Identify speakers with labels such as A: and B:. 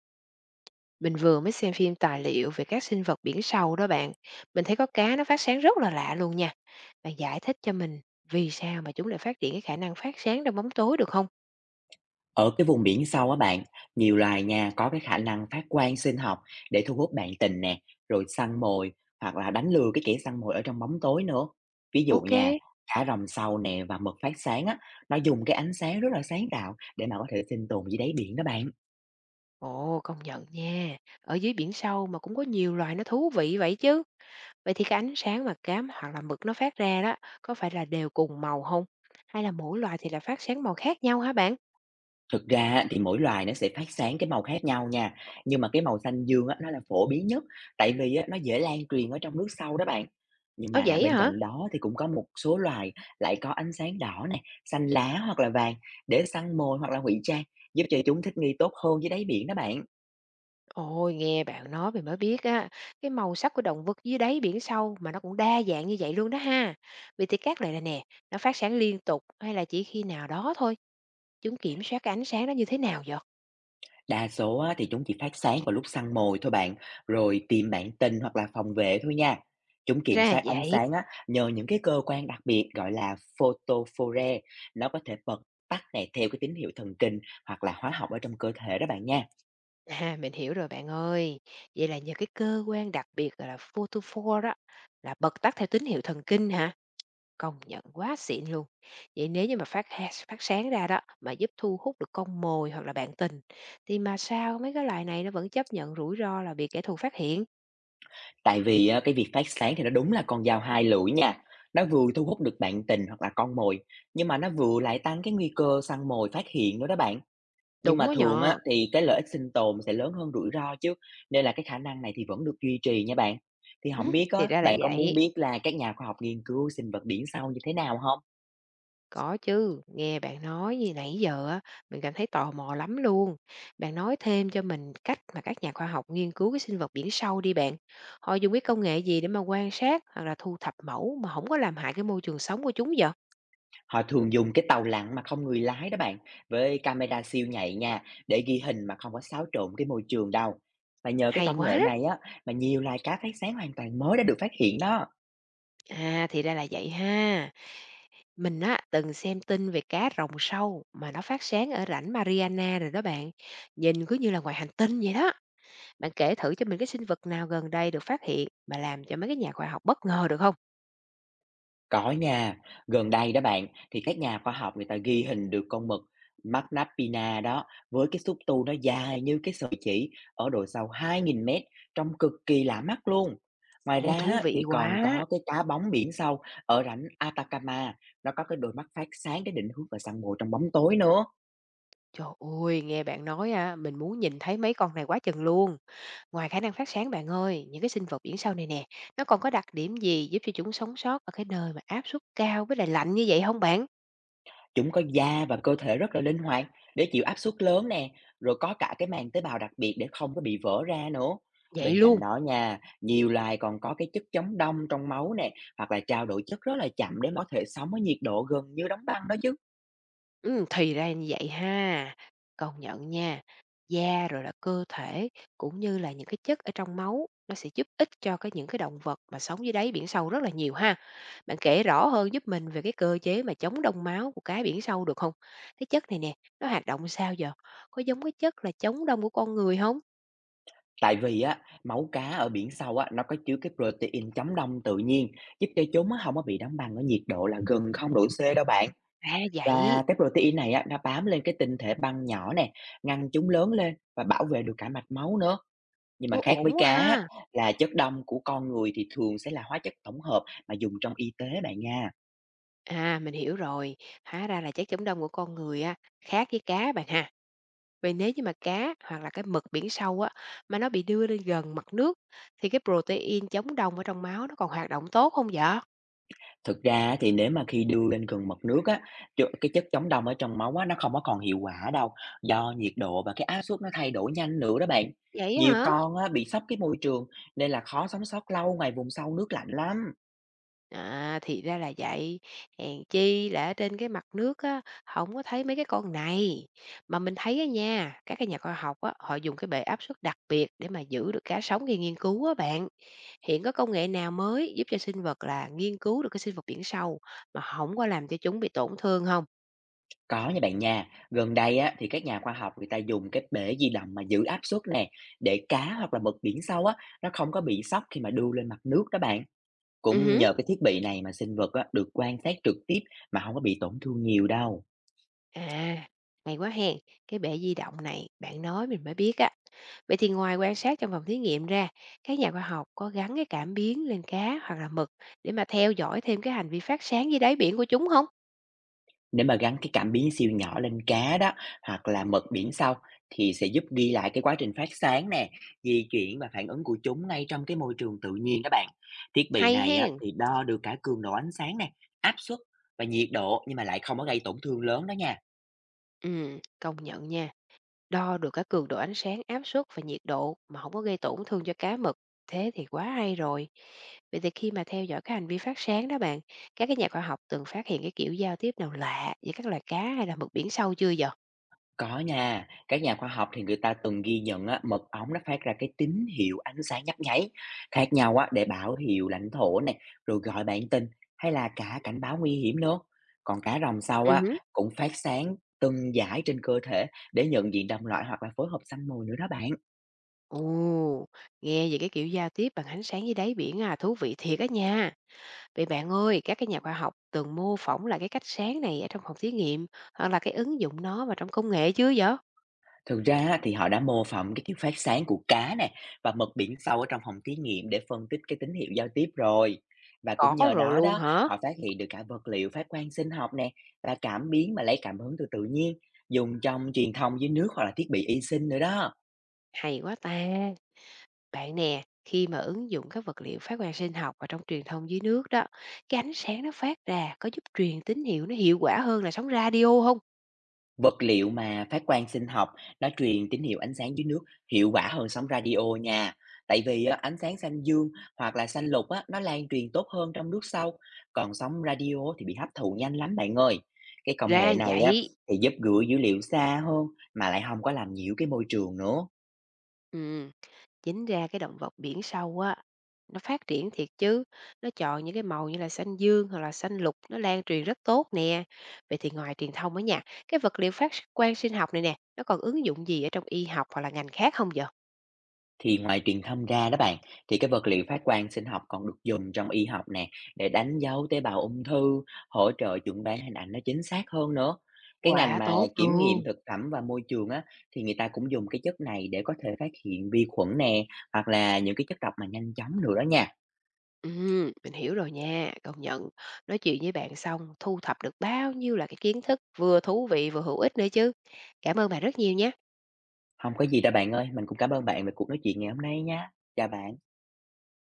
A: Mình vừa mới xem phim tài liệu về các sinh vật biển sâu đó bạn. Mình thấy có cá nó phát sáng rất là lạ luôn nha. Bạn giải thích cho mình vì sao mà chúng lại phát triển cái khả năng phát sáng trong bóng tối được không?
B: Ở cái vùng biển sâu á bạn, nhiều loài nha có cái khả năng phát quang sinh học để thu hút bạn tình nè, rồi săn mồi hoặc là đánh lừa cái kẻ săn mồi ở trong bóng tối nữa. Ví dụ
A: Ok.
B: nha, thả rồng sâu nè và mực phát sáng á, nó dùng cái ánh sáng rất là sáng tạo để mà có thể sinh tồn dưới đáy biển đó bạn.
A: Ồ, công nhận nha. Ở dưới biển sâu mà cũng có nhiều loài nó thú vị vậy chứ. Vậy thì cái ánh sáng mà cá hoặc là mực nó phát ra đó, có phải là đều cùng màu không? Hay là mỗi loài thì là phát sáng màu khác nhau hả bạn?
B: Thực ra á, thì mỗi loài nó sẽ phát sáng cái màu khác nhau nha, nhưng mà cái màu xanh dương á, nó là phổ biến nhất, tại vì á, nó dễ lan truyền ở trong nước sâu đó bạn. Nhưng
A: Ồ
B: mà
A: vậy
B: bên
A: hả?
B: cạnh đó thì cũng có một số loài lại có ánh sáng đỏ này xanh lá hoặc là vàng để săn mồi hoặc là ngụy trang, giúp cho chúng thích nghi tốt hơn với đáy biển đó bạn.
A: Ôi, nghe bạn nói mình mới biết á, cái màu sắc của động vật dưới đáy biển sâu mà nó cũng đa dạng như vậy luôn đó ha. Vậy thì cát này là nè, nó phát sáng liên tục hay là chỉ khi nào đó thôi? Chúng kiểm soát cái ánh sáng đó như thế nào vậy?
B: Đa số á, thì chúng chỉ phát sáng vào lúc săn mồi thôi bạn, rồi tìm bạn tình hoặc là phòng vệ thôi nha. Chúng kiểm
A: Ra
B: soát ánh
A: vậy.
B: sáng á, nhờ những cái cơ quan đặc biệt gọi là photophore. Nó có thể bật tắt này theo cái tín hiệu thần kinh hoặc là hóa học ở trong cơ thể đó bạn nha.
A: À, mình hiểu rồi bạn ơi. Vậy là nhờ cái cơ quan đặc biệt gọi là photophore đó, là bật tắt theo tín hiệu thần kinh hả? Công nhận quá xịn luôn. Vậy nếu như mà phát sáng ra đó, mà giúp thu hút được con mồi hoặc là bạn tình, thì mà sao mấy cái loài này nó vẫn chấp nhận rủi ro là bị kẻ thù phát hiện?
B: Tại vì á, cái việc phát sáng thì nó đúng là con dao hai lưỡi nha. Nó vừa thu hút được bạn tình hoặc là con mồi, nhưng mà nó vừa lại tăng cái nguy cơ săn mồi phát hiện nữa đó bạn. Nhưng
A: Đúng
B: mà
A: đó
B: thường á,
A: nhờ.
B: thì cái lợi ích sinh tồn sẽ lớn hơn rủi ro chứ, nên là cái khả năng này thì vẫn được duy trì nha bạn. Thì
A: Hứ,
B: không biết á,
A: thì ra là
B: bạn có muốn
A: vậy.
B: biết là các nhà khoa học nghiên cứu sinh vật biển sâu như thế nào không?
A: Có chứ, nghe bạn nói như nãy giờ á, mình cảm thấy tò mò lắm luôn. Bạn nói thêm cho mình cách mà các nhà khoa học nghiên cứu cái sinh vật biển sâu đi bạn. Họ dùng cái công nghệ gì để mà quan sát hoặc là thu thập mẫu mà không có làm hại cái môi trường sống của chúng vậy?
B: Họ thường dùng cái tàu lặn mà không người lái đó bạn, với camera siêu nhạy nha, để ghi hình mà không có xáo trộn cái môi trường đâu. Và nhờ cái
A: Hay
B: công nghệ
A: quá.
B: này á, mà nhiều loài cá phát sáng hoàn toàn mới đã được phát hiện đó.
A: À thì ra là vậy ha. Mình á, từng xem tin về cá rồng sâu mà nó phát sáng ở rãnh Mariana rồi đó bạn. Nhìn cứ như là ngoài hành tinh vậy đó. Bạn kể thử cho mình cái sinh vật nào gần đây được phát hiện mà làm cho mấy cái nhà khoa học bất ngờ được không?
B: Có nha, gần đây đó bạn, thì các nhà khoa học người ta ghi hình được con mực Magnappina đó, với cái xúc tu nó dài như cái sợi chỉ ở độ sâu 2.000 mét, trông cực kỳ lạ mắt luôn. Ngoài
A: Ô
B: ra
A: thú
B: á,
A: vị
B: thì
A: quá.
B: còn có cái cá bóng biển sâu ở rãnh Atacama, nó có cái đôi mắt phát sáng để định hướng vào san hô trong bóng tối nữa.
A: Trời ơi, nghe bạn nói á, mình muốn nhìn thấy mấy con này quá chừng luôn. Ngoài khả năng phát sáng bạn ơi, những cái sinh vật biển sâu này nè, nó còn có đặc điểm gì giúp cho chúng sống sót ở cái nơi mà áp suất cao với lại lạnh như vậy không bạn?
B: Chúng có da và cơ thể rất là linh hoạt để chịu áp suất lớn nè, rồi có cả cái màng tế bào đặc biệt để không có bị vỡ ra nữa.
A: Vậy
B: Bên cạnh
A: luôn.
B: đó nha, nhiều loài còn có cái chất chống đông trong máu nè, hoặc là trao đổi chất rất là chậm để có thể sống ở nhiệt độ gần như đóng băng đó chứ.
A: Thì ra như vậy ha. Công nhận nha, da rồi là cơ thể cũng như là những cái chất ở trong máu, nó sẽ giúp ích cho cái những cái động vật mà sống dưới đáy biển sâu rất là nhiều ha. Bạn kể rõ hơn giúp mình về cái cơ chế mà chống đông máu của cá biển sâu được không? Cái chất này nè, nó hoạt động sao giờ? Có giống cái chất là chống đông của con người không?
B: Tại vì á, máu cá ở biển sâu á, nó có chứa cái protein chống đông tự nhiên, giúp cho chúng á, không có bị đóng băng ở nhiệt độ là gần không độ C đâu bạn.
A: À, vậy,
B: Và cái protein này á, nó bám lên cái tinh thể băng nhỏ nè, ngăn chúng lớn lên và bảo vệ được cả mạch máu nữa. Nhưng
A: ô,
B: mà khác với
A: ổn quá
B: cá
A: ha.
B: là chất đông của con người thì thường sẽ là hóa chất tổng hợp mà dùng trong y tế bạn nha.
A: À, mình hiểu rồi, hóa ra là chất chống đông của con người á, khác với cá bạn ha. Vậy nếu như mà cá hoặc là cái mực biển sâu á, mà nó bị đưa lên gần mặt nước thì cái protein chống đông ở trong máu nó còn hoạt động tốt không vậy?
B: Thực ra thì nếu mà khi đưa lên gần mực nước á, cái chất chống đông ở trong máu á, nó không có còn hiệu quả đâu, do nhiệt độ và cái áp suất nó thay đổi nhanh nữa đó bạn.
A: Vậy á
B: Nhiều
A: hả?
B: con á, bị sốc cái môi trường, nên là khó sống sót lâu ngoài vùng sâu nước lạnh lắm.
A: À thì ra là vậy. Hèn chi là ở trên cái mặt nước á, không có thấy mấy cái con này. Mà mình thấy á nha, các cái nhà khoa học á, họ dùng cái bệ áp suất đặc biệt để mà giữ được cá sống khi nghiên cứu á bạn. Hiện có công nghệ nào mới giúp cho sinh vật là nghiên cứu được cái sinh vật biển sâu mà không có làm cho chúng bị tổn thương không?
B: Có nha bạn nha, gần đây á, thì các nhà khoa học người ta dùng cái bể di động mà giữ áp suất nè, để cá hoặc là mực biển sâu á, nó không có bị sốc khi mà đưa lên mặt nước đó bạn. Cũng
A: Ừ.
B: nhờ cái thiết bị này mà sinh vật á, được quan sát trực tiếp mà không có bị tổn thương nhiều đâu.
A: À, hay quá hen. Cái bể di động này bạn nói mình mới biết á. Vậy thì ngoài quan sát trong phòng thí nghiệm ra, các nhà khoa học có gắn cái cảm biến lên cá hoặc là mực để mà theo dõi thêm cái hành vi phát sáng dưới đáy biển của chúng không?
B: Nếu mà gắn cái cảm biến siêu nhỏ lên cá đó, hoặc là mực biển sâu, thì sẽ giúp ghi lại cái quá trình phát sáng nè, di chuyển và phản ứng của chúng ngay trong cái môi trường tự nhiên đó bạn. Thiết bị
A: Hay
B: này á,
A: hen.
B: thì đo được cả cường độ ánh sáng nè, áp suất và nhiệt độ, nhưng mà lại không có gây tổn thương lớn đó nha.
A: Ừ, công nhận nha. Đo được cả cường độ ánh sáng, áp suất và nhiệt độ mà không có gây tổn thương cho cá mực. Thế thì quá hay rồi. Vậy thì khi mà theo dõi các hành vi phát sáng đó bạn, các cái nhà khoa học từng phát hiện cái kiểu giao tiếp nào lạ giữa các loài cá hay là mực biển sâu chưa vậy?
B: Có nha, các nhà khoa học thì người ta từng ghi nhận á, mật ong nó phát ra cái tín hiệu ánh sáng nhấp nháy khác nhau á, để báo hiệu lãnh thổ này, rồi gọi bạn tình, hay là cả cảnh báo nguy hiểm nữa. Còn cá rồng sau á, cũng phát sáng từng dải trên cơ thể để nhận diện đồng loại hoặc là phối hợp săn mồi nữa đó bạn.
A: Ồ, nghe về cái kiểu giao tiếp bằng ánh sáng dưới đáy biển à, thú vị thiệt á nha. Vậy bạn ơi, các cái nhà khoa học từng mô phỏng lại cái cách sáng này ở trong phòng thí nghiệm hoặc là cái ứng dụng nó vào trong công nghệ chứ vậy?
B: Thực ra á, thì họ đã mô phỏng cái kiểu phát sáng của cá nè và mực biển sâu ở trong phòng thí nghiệm để phân tích cái tín hiệu giao tiếp rồi. Và cũng
A: Có
B: nhờ
A: rồi
B: đó
A: luôn
B: đó,
A: hả?
B: họ phát hiện được cả vật liệu phát quang sinh học nè, là cảm biến mà lấy cảm hứng từ tự nhiên, dùng trong truyền thông dưới nước hoặc là thiết bị y sinh nữa đó.
A: Hay quá ta. Bạn nè, khi mà ứng dụng các vật liệu phát quang sinh học vào trong truyền thông dưới nước đó, cái ánh sáng nó phát ra có giúp truyền tín hiệu nó hiệu quả hơn là sóng radio không?
B: Vật liệu mà phát quang sinh học nó truyền tín hiệu ánh sáng dưới nước hiệu quả hơn sóng radio nha. Tại vì á, ánh sáng xanh dương hoặc là xanh lục á, nó lan truyền tốt hơn trong nước sâu, còn sóng radio thì bị hấp thụ nhanh lắm bạn ơi. Cái công nghệ
A: Ra
B: này á,
A: vậy.
B: thì giúp gửi dữ liệu xa hơn mà lại không có làm nhiễu cái môi trường nữa.
A: Ừ. Chính ra cái động vật biển sâu á, nó phát triển thiệt chứ, nó chọn những cái màu như là xanh dương hoặc là xanh lục, nó lan truyền rất tốt nè. Vậy thì ngoài truyền thông ở nhà, cái vật liệu phát quang sinh học này nè, nó còn ứng dụng gì ở trong y học hoặc là ngành khác không vậy?
B: Thì ngoài truyền thông ra đó bạn, thì cái vật liệu phát quang sinh học còn được dùng trong y học nè, để đánh dấu tế bào ung thư, hỗ trợ chuẩn đoán hình ảnh nó chính xác hơn nữa. Cái ngành
A: Quá
B: mà
A: tốt
B: kiểm nghiệm
A: luôn.
B: thực phẩm và môi trường á, thì người ta cũng dùng cái chất này để có thể phát hiện vi khuẩn nè, hoặc là những cái chất độc mà nhanh chóng nữa đó nha.
A: Ừ, mình hiểu rồi nha, công nhận. Nói chuyện với bạn xong, thu thập được bao nhiêu là cái kiến thức vừa thú vị vừa hữu ích nữa chứ. Cảm ơn bạn rất nhiều nha.
B: Không có gì đâu bạn ơi, mình cũng cảm ơn bạn về cuộc nói chuyện ngày hôm nay nha. Chào bạn.